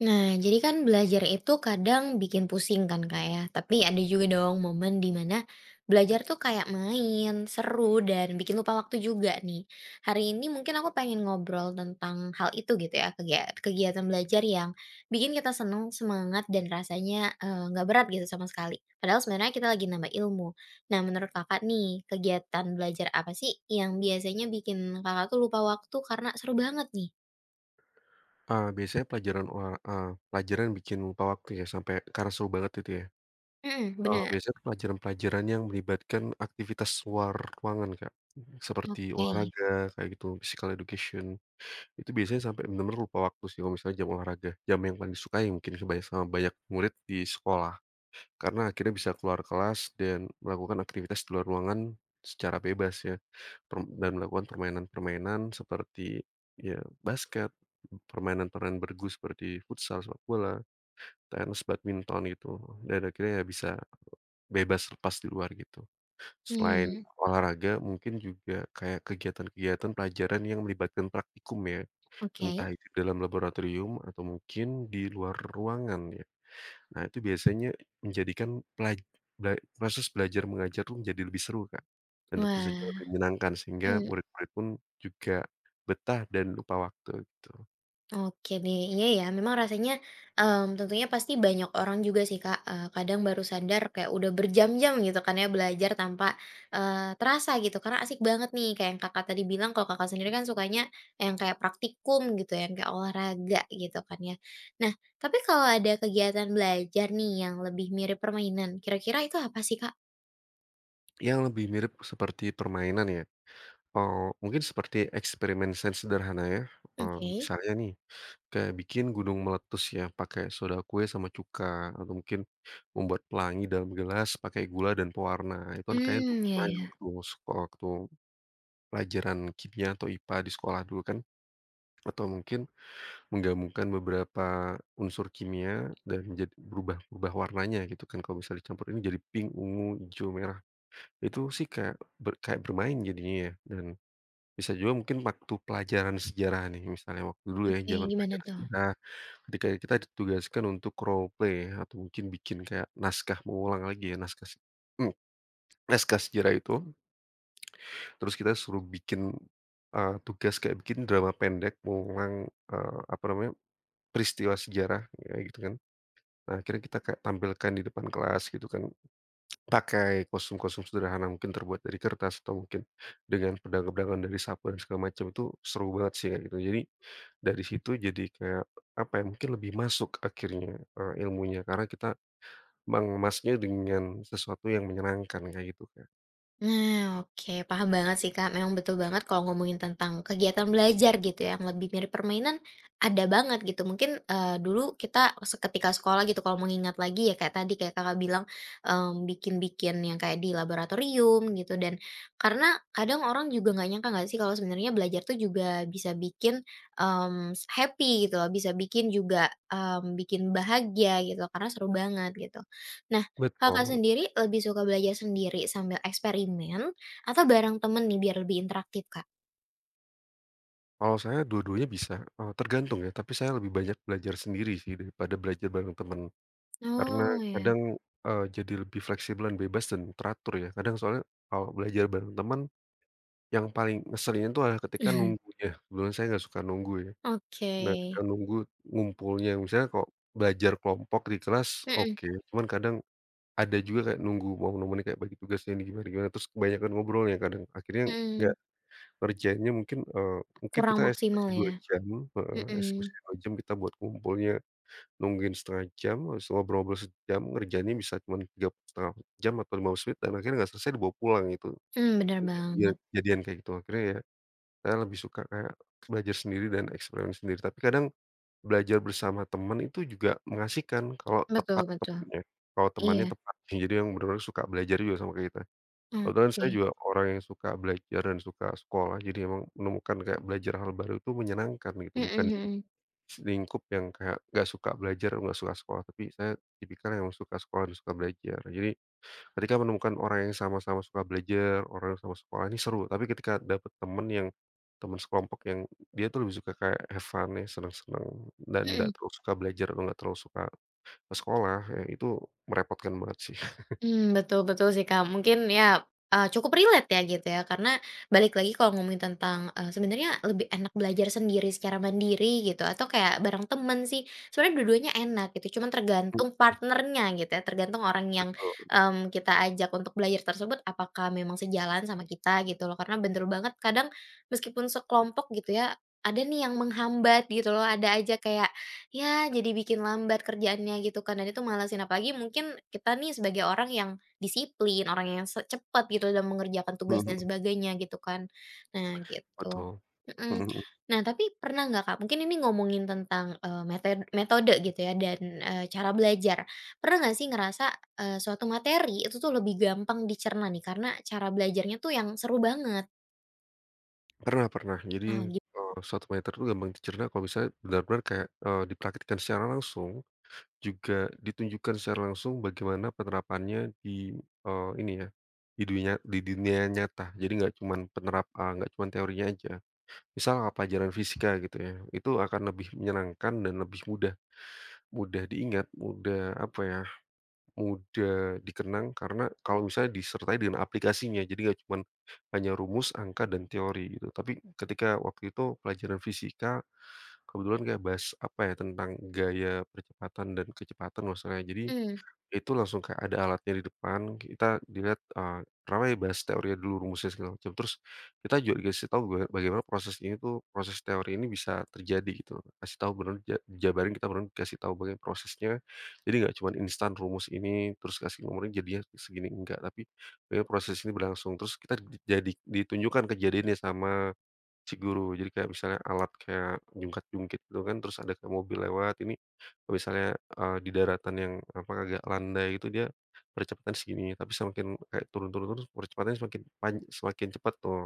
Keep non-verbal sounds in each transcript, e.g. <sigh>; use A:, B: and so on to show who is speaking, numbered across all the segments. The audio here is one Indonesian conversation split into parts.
A: Nah, jadi kan belajar itu kadang bikin pusing kan Kak ya, tapi ada juga dong momen dimana belajar tuh kayak main, seru, dan bikin lupa waktu juga nih. Hari ini mungkin aku pengen ngobrol tentang hal itu gitu ya, kegiatan belajar yang bikin kita seneng, semangat, dan rasanya nggak berat gitu sama sekali. Padahal sebenarnya kita lagi nambah ilmu. Nah, menurut kakak nih, kegiatan belajar apa sih yang biasanya bikin kakak tuh lupa waktu karena seru banget nih?
B: Biasanya pelajaran bikin lupa waktu ya, sampai karena seru banget itu ya.
A: Mm, bener.
B: Biasanya pelajaran-pelajaran yang melibatkan aktivitas luar ruangan, Kak, seperti
A: Oke.
B: olahraga kayak gitu, physical education. Itu biasanya sampai benar-benar lupa waktu sih kalau misalnya jam olahraga, jam yang paling disukai mungkin sebaya sama banyak murid di sekolah. Karena akhirnya bisa keluar kelas dan melakukan aktivitas di luar ruangan secara bebas ya, dan melakukan permainan-permainan seperti ya basket, permainan-permainan bergu seperti futsal, sepak bola, tenis, badminton gitu, dan akhirnya ya bisa bebas lepas di luar gitu. Selain
A: Hmm.
B: Mhm. olahraga mungkin juga kayak kegiatan-kegiatan pelajaran yang melibatkan praktikum ya,
A: Oke.
B: entah itu dalam laboratorium atau mungkin di luar ruangan ya. Nah, itu biasanya menjadikan pelaj bela proses belajar mengajar tuh menjadi lebih seru, Kak, dan tentu saja lebih
A: Wah,
B: menyenangkan sehingga
A: mmm,
B: murid-murid pun juga betah dan lupa waktu, gitu.
A: oke deh. Iya ya, memang rasanya tentunya pasti banyak orang juga sih, Kak, kadang baru sadar kayak udah berjam-jam gitu kan ya belajar tanpa terasa gitu, karena asik banget nih kayak yang Kakak tadi bilang kalau Kakak sendiri kan sukanya yang kayak praktikum gitu, yang kayak olahraga gitu kan ya. Nah, tapi kalau ada kegiatan belajar nih yang lebih mirip permainan, kira-kira itu apa sih, Kak?
B: Yang lebih mirip seperti permainan ya, mungkin seperti eksperimen sains sederhana ya,
A: Oke.
B: misalnya nih, kayak bikin gunung meletus ya pakai soda kue sama cuka, atau mungkin membuat pelangi dalam gelas pakai gula dan pewarna. Itu kan kayak dulu
A: Hmm, iya
B: pernah ya
A: ya.
B: waktu waktu Pelajaran kimia atau IPA di sekolah dulu kan, atau mungkin menggabungkan beberapa unsur kimia dan jad berubah berubah warnanya gitu kan, kalau misalnya dicampur ini jadi pink, ungu, hijau, merah. Itu sih kayak bermain jadinya ya, dan bisa juga mungkin waktu pelajaran sejarah nih, misalnya waktu dulu ya
A: Oke,
B: zaman
A: gimana
B: pelajaran
A: tuh?
B: sejarah ketika kita ditugaskan untuk role play, atau mungkin bikin kayak naskah mengulang lagi ya, naskah se <clears throat> naskah sejarah itu. Terus kita suruh bikin, tugas kayak bikin drama pendek mengulang, apa namanya, peristiwa sejarah kayak gitu kan. Nah, akhirnya kita kayak tampilkan di depan kelas gitu kan, pakai kostum-kostum sederhana mungkin terbuat dari kertas, atau mungkin dengan pedang-pedangan dari sapu dan segala macam. Itu seru banget sih kayak gitu. Jadi dari situ jadi kayak, apa ya, mungkin lebih masuk akhirnya, ilmunya, karena kita mengemasnya dengan sesuatu yang menyenangkan kayak gitu, Kak.
A: Nah, oke, paham banget sih, Kak. Memang betul banget kalau ngomongin tentang kegiatan belajar gitu ya, yang lebih mirip permainan ada banget gitu. Mungkin dulu kita seketika sekolah gitu kalau mengingat lagi ya kayak tadi kayak Kakak bilang bikin-bikin yang kayak di laboratorium gitu dan karena kadang orang juga nggak nyangka nggak sih kalau sebenarnya belajar tuh juga bisa bikin happy gitu loh, bisa bikin juga bikin bahagia gitu karena seru banget gitu. Nah, Kakak
B: Betul.
A: sendiri lebih suka belajar sendiri sambil eksperimen atau bareng temen nih biar lebih interaktif, Kak?
B: Kalau saya dua-duanya bisa, tergantung ya, tapi saya lebih banyak belajar sendiri sih daripada belajar bareng teman. Karena
A: Oh ya.
B: kadang, jadi lebih fleksibel dan bebas dan teratur ya. Kadang soalnya kalau belajar bareng teman, yang paling ngeselinnya itu adalah ketika
A: <laughs>
B: nunggunya. Kebetulan saya nggak suka nunggu ya.
A: Oke.
B: Nah, ketika nunggu ngumpulnya, misalnya kalau belajar kelompok di kelas
A: Mhm
B: oke, cuman kadang ada juga kayak nunggu momen-momennya kayak bagi tugasnya ini gimana gimana, terus kebanyakan ngobrolnya kadang akhirnya
A: mhm.
B: nggak. Kerjanya mungkin,
A: Kurang
B: kita
A: maksimal
B: estimasi dua
A: ya?
B: jam heeh, estimasi
A: Mhm.
B: 2 jam kita buat ngumpulnya, nungguin 30 menit, habis itu ngobrol-ngobrol sejam, ngerjainnya bisa cuman 3,5 jam atau 15 menit, dan akhirnya nggak selesai dibawa pulang itu.
A: Mmm, bener
B: Iya,
A: banget.
B: kejadian kayak gitu. Akhirnya ya saya lebih suka kayak belajar sendiri dan eksperimen sendiri. Tapi kadang belajar bersama teman itu juga mengasihkan kalau
A: Betul
B: tepat
A: betul.
B: temannya, kalau
A: Iya.
B: temannya tepat. <laughs> Jadi yang bener-bener suka belajar juga sama kayak kita. Kebetulan saya
A: Oke.
B: juga orang yang suka belajar dan suka sekolah, jadi emang menemukan kayak belajar hal baru itu menyenangkan gitu,
A: Mhm
B: bukan di
A: mhm.
B: lingkup yang kayak nggak suka belajar, nggak suka sekolah, tapi saya tipikal yang suka sekolah dan suka belajar. Jadi ketika menemukan orang yang sama-sama suka belajar, orang yang sama sekolah ini seru, tapi ketika dapet temen yang teman sekelompok yang dia tuh lebih suka kayak have fun ya, seneng-seneng dan
A: Mhm.
B: nggak terlalu suka belajar atau nggak terlalu suka ke sekolah, ya itu merepotkan banget sih. <laughs>
A: Hmm, betul betul sih, Kak. Mungkin ya, cukup relate ya gitu ya, karena balik lagi kalau ngomongin tentang, sebenarnya lebih enak belajar sendiri secara mandiri gitu atau kayak bareng temen sih, sebenarnya dua-duanya enak gitu, cuman tergantung partnernya gitu ya, tergantung orang yang,
B: Betul.
A: mmm, kita ajak untuk belajar tersebut apakah memang sejalan sama kita gitu loh. Karena bener banget kadang meskipun sekelompok gitu ya, ada nih yang menghambat gitu loh, ada aja kayak ya, jadi bikin lambat kerjaannya gitu kan, dan itu malesin. Apalagi mungkin kita nih sebagai orang yang disiplin, orang yang se cepat gitu dalam mengerjakan
B: Mhm
A: tugas
B: mhm,
A: dan sebagainya gitu kan. Nah gitu,
B: betul. <laughs>
A: mhm.
B: Mhm mhm.
A: Nah tapi pernah nggak, Kak, mungkin ini ngomongin tentang, eee, mete metode gitu ya dan cara belajar. Pernah nggak sih ngerasa suatu materi itu tuh lebih gampang dicerna nih karena cara belajarnya tuh yang seru banget?
B: Pernah pernah.
A: Nah
B: Jadi,
A: gitu,
B: suatu materi itu gampang dicerna kalau bisa benar-benar kayak, dipraktikkan secara langsung, juga ditunjukkan secara langsung bagaimana penerapannya di, ini ya, di dunia nyata. Jadi nggak cuman teorinya aja. Misal pelajaran fisika gitu ya, itu akan lebih menyenangkan dan lebih mudah mudah diingat, mudah apa ya, mudah dikenang, karena kalau misalnya disertai dengan aplikasinya, jadi nggak cuman hanya rumus, angka, dan teori gitu. Tapi ketika waktu itu pelajaran fisika, kebetulan kayak bahas apa ya, tentang gaya percepatan dan kecepatan kalau ya. Jadi
A: mmm,
B: itu langsung kayak ada alatnya di depan, kita dilihat, pertama ya bahas teorinya dulu, rumusnya segala macam, terus kita juga dikasih tahu bagaimana proses ini tuh, proses teori ini bisa terjadi gitu loh, kasih tahu beneran dijabarin, kita beneran kasih tahu bagaimana prosesnya. Jadi nggak cuman instan rumus ini, terus kasih nomornya jadinya segini, enggak, tapi bagaimana proses ini berlangsung, terus kita di jadi ditunjukkan kejadiannya sama ciguru. Jadi kayak misalnya alat kayak jungkat-jungkit gitu kan, terus ada kayak mobil lewat, ini kalau misalnya, di daratan yang apa, agak landai itu dia percepatan segini, tapi semakin kayak turun turun terus percepatannya semakin cepat tuh,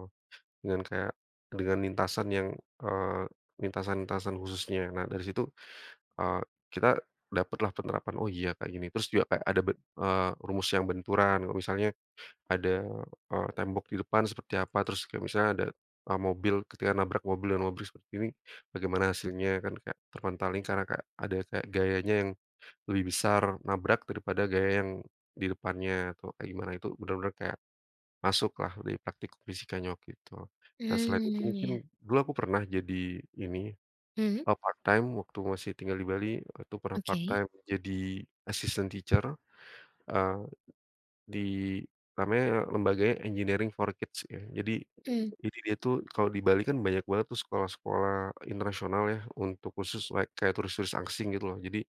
B: dengan kayak dengan lintasan yang, eee, lintasan-lintasan khususnya. Nah dari situ, eee, kita dapatlah penerapan, oh iya kayak gini. Terus juga kayak ada rumus yang benturan, kalau misalnya ada, tembok di depan seperti apa, terus kayak misalnya ada, mobil ketika nabrak mobil dan mobil seperti ini, bagaimana hasilnya kan kayak terpentalnya karena kayak ada kayak gayanya yang lebih besar nabrak daripada gaya yang di depannya, atau kayak gimana itu benar-benar kayak masuk lah di praktikum fisikanya waktu itu. Nah selain itu
A: mmm,
B: mungkin
A: ya.
B: dulu aku pernah jadi ini,
A: Mhm,
B: part-time waktu masih tinggal di Bali, itu pernah
A: oke.
B: part-time jadi assistant teacher, di namanya lembaganya Engineering for Kids ya. Jadi
A: Mhm,
B: jadi dia tuh kalau di Bali kan banyak banget tuh sekolah-sekolah internasional ya, untuk khusus like kayak turis-turis asing gitu loh. Jadi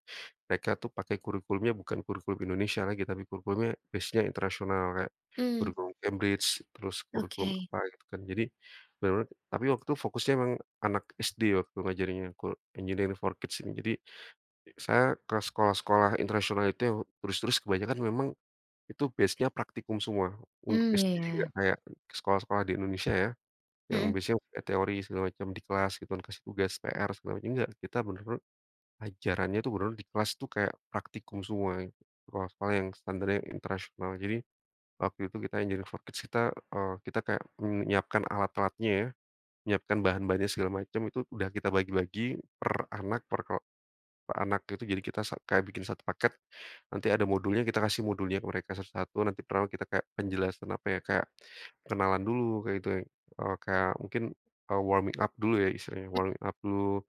B: mereka tuh pakai kurikulumnya bukan kurikulum Indonesia lagi, tapi kurikulumnya base-nya internasional, kayak
A: mmm,
B: kurikulum Cambridge, terus kurikulum
A: oke.
B: apa gitu kan. Jadi benar bener tapi waktu itu fokusnya emang anak SD waktu ngajarinnya ku Engineering for Kids ini. Jadi saya ke sekolah-sekolah internasional itu, yang turis-turis kebanyakan, memang itu base-nya praktikum semua, untuk
A: Mmm, iya
B: SD, jadi nggak
A: ya.
B: kayak sekolah-sekolah di Indonesia ya, yang
A: Mhm
B: biasanya udah teori segala macam di kelas gitu kan, kasih tugas PR segala macam, nggak, kita bener-bener ajarannya tuh bener-bener di kelas tuh kayak praktikum semua gitu. Sekolah-sekolah yang standarnya internasional. Jadi, waktu itu kita Engineering for Kids kita, kita kayak menyiapkan alat-alatnya ya, menyiapkan bahan-bahannya segala macam, itu udah kita bagi-bagi per anak, per kela anak itu jadi kita kayak bikin satu paket, nanti ada modulnya kita kasih modulnya ke mereka satu-satu, nanti pertama kita kayak penjelasan apa ya, kayak kenalan dulu kayak itu ya. Eh, kayak mungkin, warming up dulu ya istilahnya,
A: mhm.
B: warming up dulu,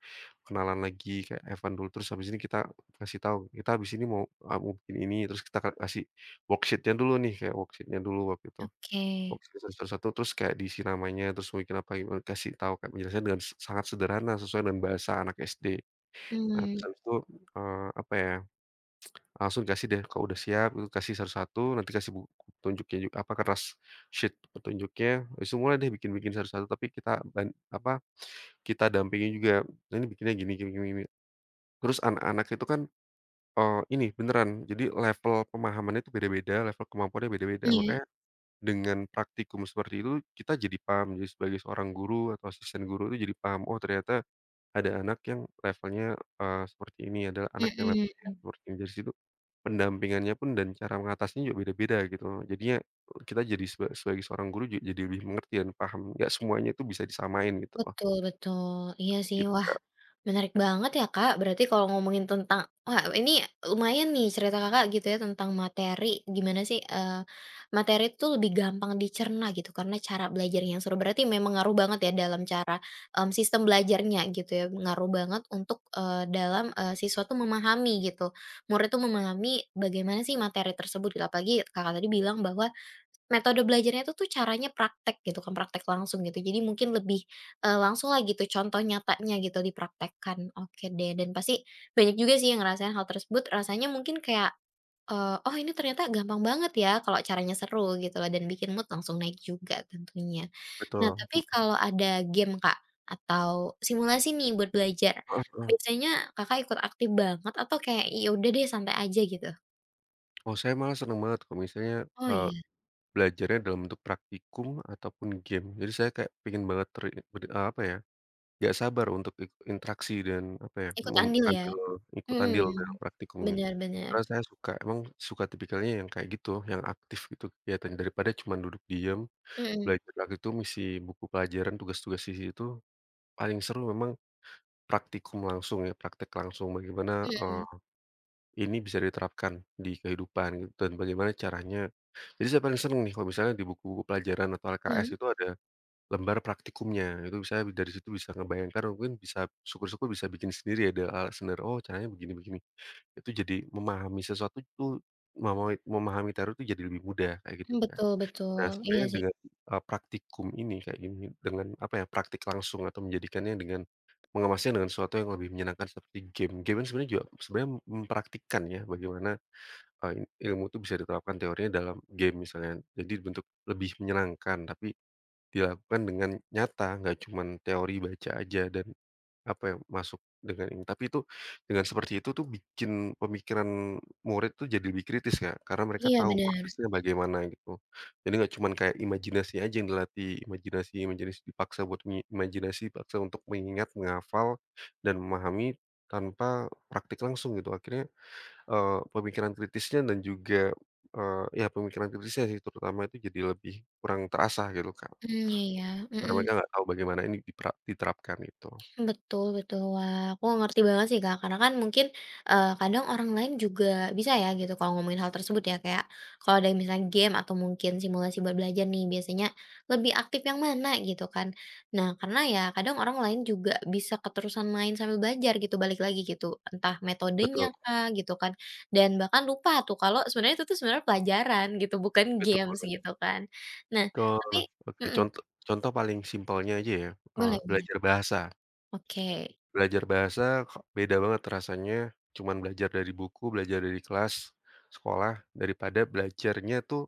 B: kenalan lagi, kayak Evan dulu, terus habis ini kita kasih tahu, "Kita habis ini mau, mau bikin ini," terus kita ka kasih worksheet dulu nih, kayak worksheet dulu waktu itu.
A: Oke.
B: Worksheet satu-satu, terus kayak diisi namanya, terus mau bikin apa, gimana, kasih tahu, kayak penjelasannya dengan sangat sederhana sesuai dengan bahasa anak SD. Nah, terus
A: Mmm,
B: habis itu, apa ya, langsung dikasih deh, kalau udah siap itu kasih satu-satu, nanti kasih petunjuknya kertas sheet petunjuknya, habis itu mulai deh bikin-bikin satu-satu, tapi apa, kita dampingin juga, "Nah, ini bikinnya gini gini gini gini." Terus anak-anak itu kan, ini beneran, jadi level pemahamannya itu beda-beda, level kemampuannya beda-beda,
A: iya,
B: makanya dengan praktikum seperti itu kita jadi paham, jadi sebagai seorang guru atau asisten guru itu jadi paham, "Oh, ternyata ada anak yang levelnya, seperti ini, ada anak yang levelnya
A: mhm.
B: seperti ini." Dari situ pendampingannya pun dan cara mengatasinya juga beda-beda gitu loh. Jadinya kita jadi sebagai seorang guru jadi lebih mengerti dan paham, nggak semuanya itu bisa disamain gitu loh,
A: Betul betul. Iya sih.
B: gitu,
A: Wah,
B: Kak.
A: menarik banget ya, Kak. Berarti kalau ngomongin tentang wah, ini lumayan nih cerita Kakak gitu ya tentang materi, gimana sih, materi itu lebih gampang dicerna gitu karena cara belajarnya yang seru. Berarti memang ngaruh banget ya dalam cara, sistem belajarnya gitu ya, ngaruh banget untuk, siswa tuh memahami gitu, murid tuh memahami bagaimana sih materi tersebut gitu. Apalagi Kakak tadi bilang bahwa metode belajarnya itu tuh caranya praktek gitu kan, praktek langsung gitu. Jadi mungkin lebih langsung lah gitu contoh nyatanya gitu dipraktekkan. Oke deh, dan pasti banyak juga sih yang ngerasain hal tersebut, rasanya mungkin kayak, "Oh ini ternyata gampang banget ya kalau caranya seru," gitu loh, dan bikin mood langsung naik juga tentunya. Nah
B: Betul, mhm,
A: tapi kalau ada game Kak, atau simulasi nih buat belajar,
B: heeh heeh.
A: biasanya Kakak ikut aktif banget atau kayak, "Ya udah deh santai aja," gitu?
B: Oh, saya malah seneng banget kalau misalnya,
A: Oh
B: eee,
A: iya,
B: belajarnya dalam bentuk praktikum ataupun game. Jadi saya kayak pengen banget apa ya, nggak sabar untuk interaksi dan apa ya,
A: ikut andil ya?
B: ambil ikut andil dalam
A: Mhm,
B: praktikum.
A: bener bener.
B: Karena saya suka, emang suka tipikalnya yang kayak gitu, yang aktif gitu kegiatan, daripada cuman duduk diem,
A: Mhm
B: belajar lagi tuh ngisi buku pelajaran, tugas-tugas isi itu, paling seru memang praktikum langsung ya, praktek langsung bagaimana,
A: mhm
B: ini bisa diterapkan di kehidupan gitu dan bagaimana caranya. Jadi saya paling seneng nih kalau misalnya di buku-buku pelajaran atau LKS itu ada lembar praktikumnya, itu saya dari situ bisa ngebayangkan, mungkin bisa syukur-syukur bisa bikin sendiri ya, ada alat sendiri, oh caranya begini begini. Itu jadi memahami sesuatu tuh memahami memahami teror itu jadi lebih mudah kayak gitu
A: mhm,
B: kan.
A: betul betul,
B: Nah
A: iya
B: sebenarnya
A: sih,
B: dengan, praktikum ini kayak gini dengan apa ya, praktik langsung atau menjadikannya dengan mengemasnya dengan sesuatu yang lebih menyenangkan seperti game. Game kan sebenarnya juga sebenarnya mempraktikkan ya bagaimana, ilmu itu bisa diterapkan teorinya dalam game misalnya. Jadi bentuk lebih menyenangkan tapi dilakukan dengan nyata, nggak cuman teori baca aja dan apa ya masuk dengan ini, tapi itu dengan seperti itu tuh bikin pemikiran murid tuh jadi lebih kritis, Kak, karena mereka
A: iya
B: tahu
A: bener,
B: prosesnya bagaimana gitu. Jadi nggak cuman kayak imajinasi aja yang dilatih, imajinasi imajinasi dipaksa buat mi imajinasi dipaksa untuk mengingat, menghafal, dan memahami tanpa praktik langsung gitu. Akhirnya, pemikiran kritisnya dan juga, ya pemikiran kritisnya sih terutama itu jadi lebih kurang terasah gitu, Kak,
A: mmm, iya ya,
B: karena mereka
A: mhm.
B: nggak tahu bagaimana ini dipra diterapkan gitu.
A: Betul betul. Wah, aku ngerti banget sih, Kak, karena kan mungkin, kadang orang lain juga bisa ya gitu kalau ngomongin hal tersebut ya, kayak kalau ada misalnya game atau mungkin simulasi buat belajar nih, biasanya lebih aktif yang mana gitu kan. Nah, karena ya kadang orang lain juga bisa keterusan main sambil belajar gitu, balik lagi gitu, entah metodenya
B: Betul
A: kah gitu kan, dan bahkan lupa tuh kalau sebenarnya itu tuh sebenarnya pelajaran gitu, bukan
B: betul.
A: games gitu kan. Nah,
B: Betul,
A: tapi
B: oke,
A: mhm,
B: contoh contoh paling simpelnya aja ya,
A: boleh boleh.
B: belajar bahasa.
A: Oke.
B: Belajar bahasa beda banget rasanya cuman belajar dari buku, belajar dari kelas sekolah, daripada belajarnya tuh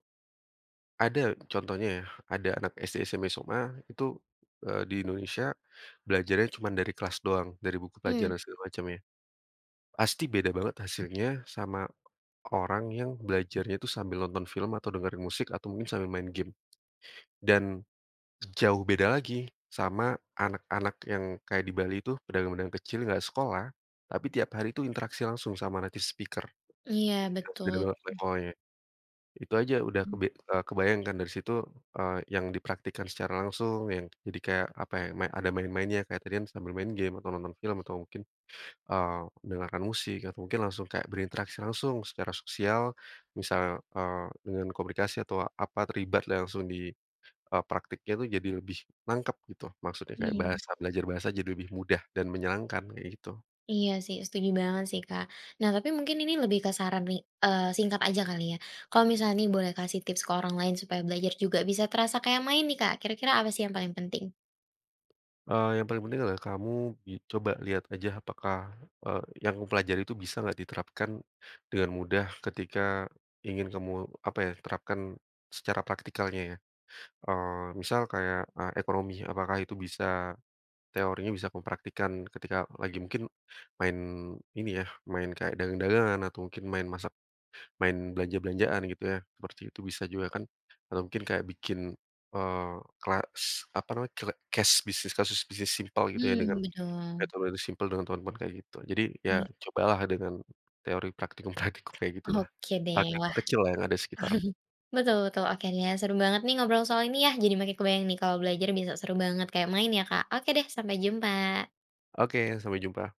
B: ada contohnya ya, ada anak SD, SMP, SMA itu, di Indonesia belajarnya cuman dari kelas doang, dari buku
A: Hmm,
B: pelajaran segala macam ya. Pasti beda banget hasilnya sama orang yang belajarnya itu sambil nonton film atau dengerin musik atau mungkin sambil main game, dan jauh beda lagi sama anak-anak yang kayak di Bali itu, pedagang-pedagang kecil nggak sekolah, tapi tiap hari itu interaksi langsung sama native speaker.
A: iya
B: Jelas
A: betul.
B: beda banget levelnya. Itu aja udah
A: Mmm,
B: kebayang kan dari situ, yang dipraktikkan secara langsung, yang jadi kayak apa ya, main ada main-mainnya kayak tadi kan sambil main game atau nonton film atau mungkin, eee, mendengarkan musik atau mungkin langsung kayak berinteraksi langsung secara sosial, misal, dengan komunikasi atau apa, terlibat langsung di praktiknya tuh jadi lebih nangkep gitu, maksudnya
A: iya
B: kayak
A: iya.
B: belajar bahasa jadi lebih mudah dan menyenangkan kayak gitu.
A: Iya sih, setuju banget sih, Kak. Nah, tapi mungkin ini lebih ke saran nih, singkat aja kali ya. Kalau misalnya nih boleh kasih tips ke orang lain supaya belajar juga bisa terasa kayak main nih, Kak, kira-kira apa sih yang paling penting?
B: Yang paling penting adalah kamu coba lihat aja apakah, yang kamu pelajari itu bisa nggak diterapkan dengan mudah ketika ingin kamu, apa ya, terapkan secara praktikalnya ya. Misal kayak, ekonomi, apakah itu bisa teorinya bisa kamu praktikkan ketika lagi mungkin main ini ya, main kayak dagang-dagangan atau mungkin main masak, main belanja-belanjaan gitu ya, seperti itu bisa juga kan, atau mungkin kayak bikin, eee, kelas apa namanya, kele case bisnis kasus bisnis simpel gitu ya
A: Hmm
B: dengan
A: betul.
B: metode simpel dengan teman-teman kayak gitu. Jadi ya
A: Iya,
B: cobalah dengan teori praktikum-praktikum kayak gitulah,
A: oke deh.
B: praktikum
A: Wah,
B: kecil lah yang ada sekitar.
A: betul betul. Oke deh, seru banget nih ngobrol soal ini ya, jadi makin kebayang nih kalau belajar bisa seru banget kayak main ya, Kak. Oke deh, sampai jumpa.
B: Oke, sampai jumpa.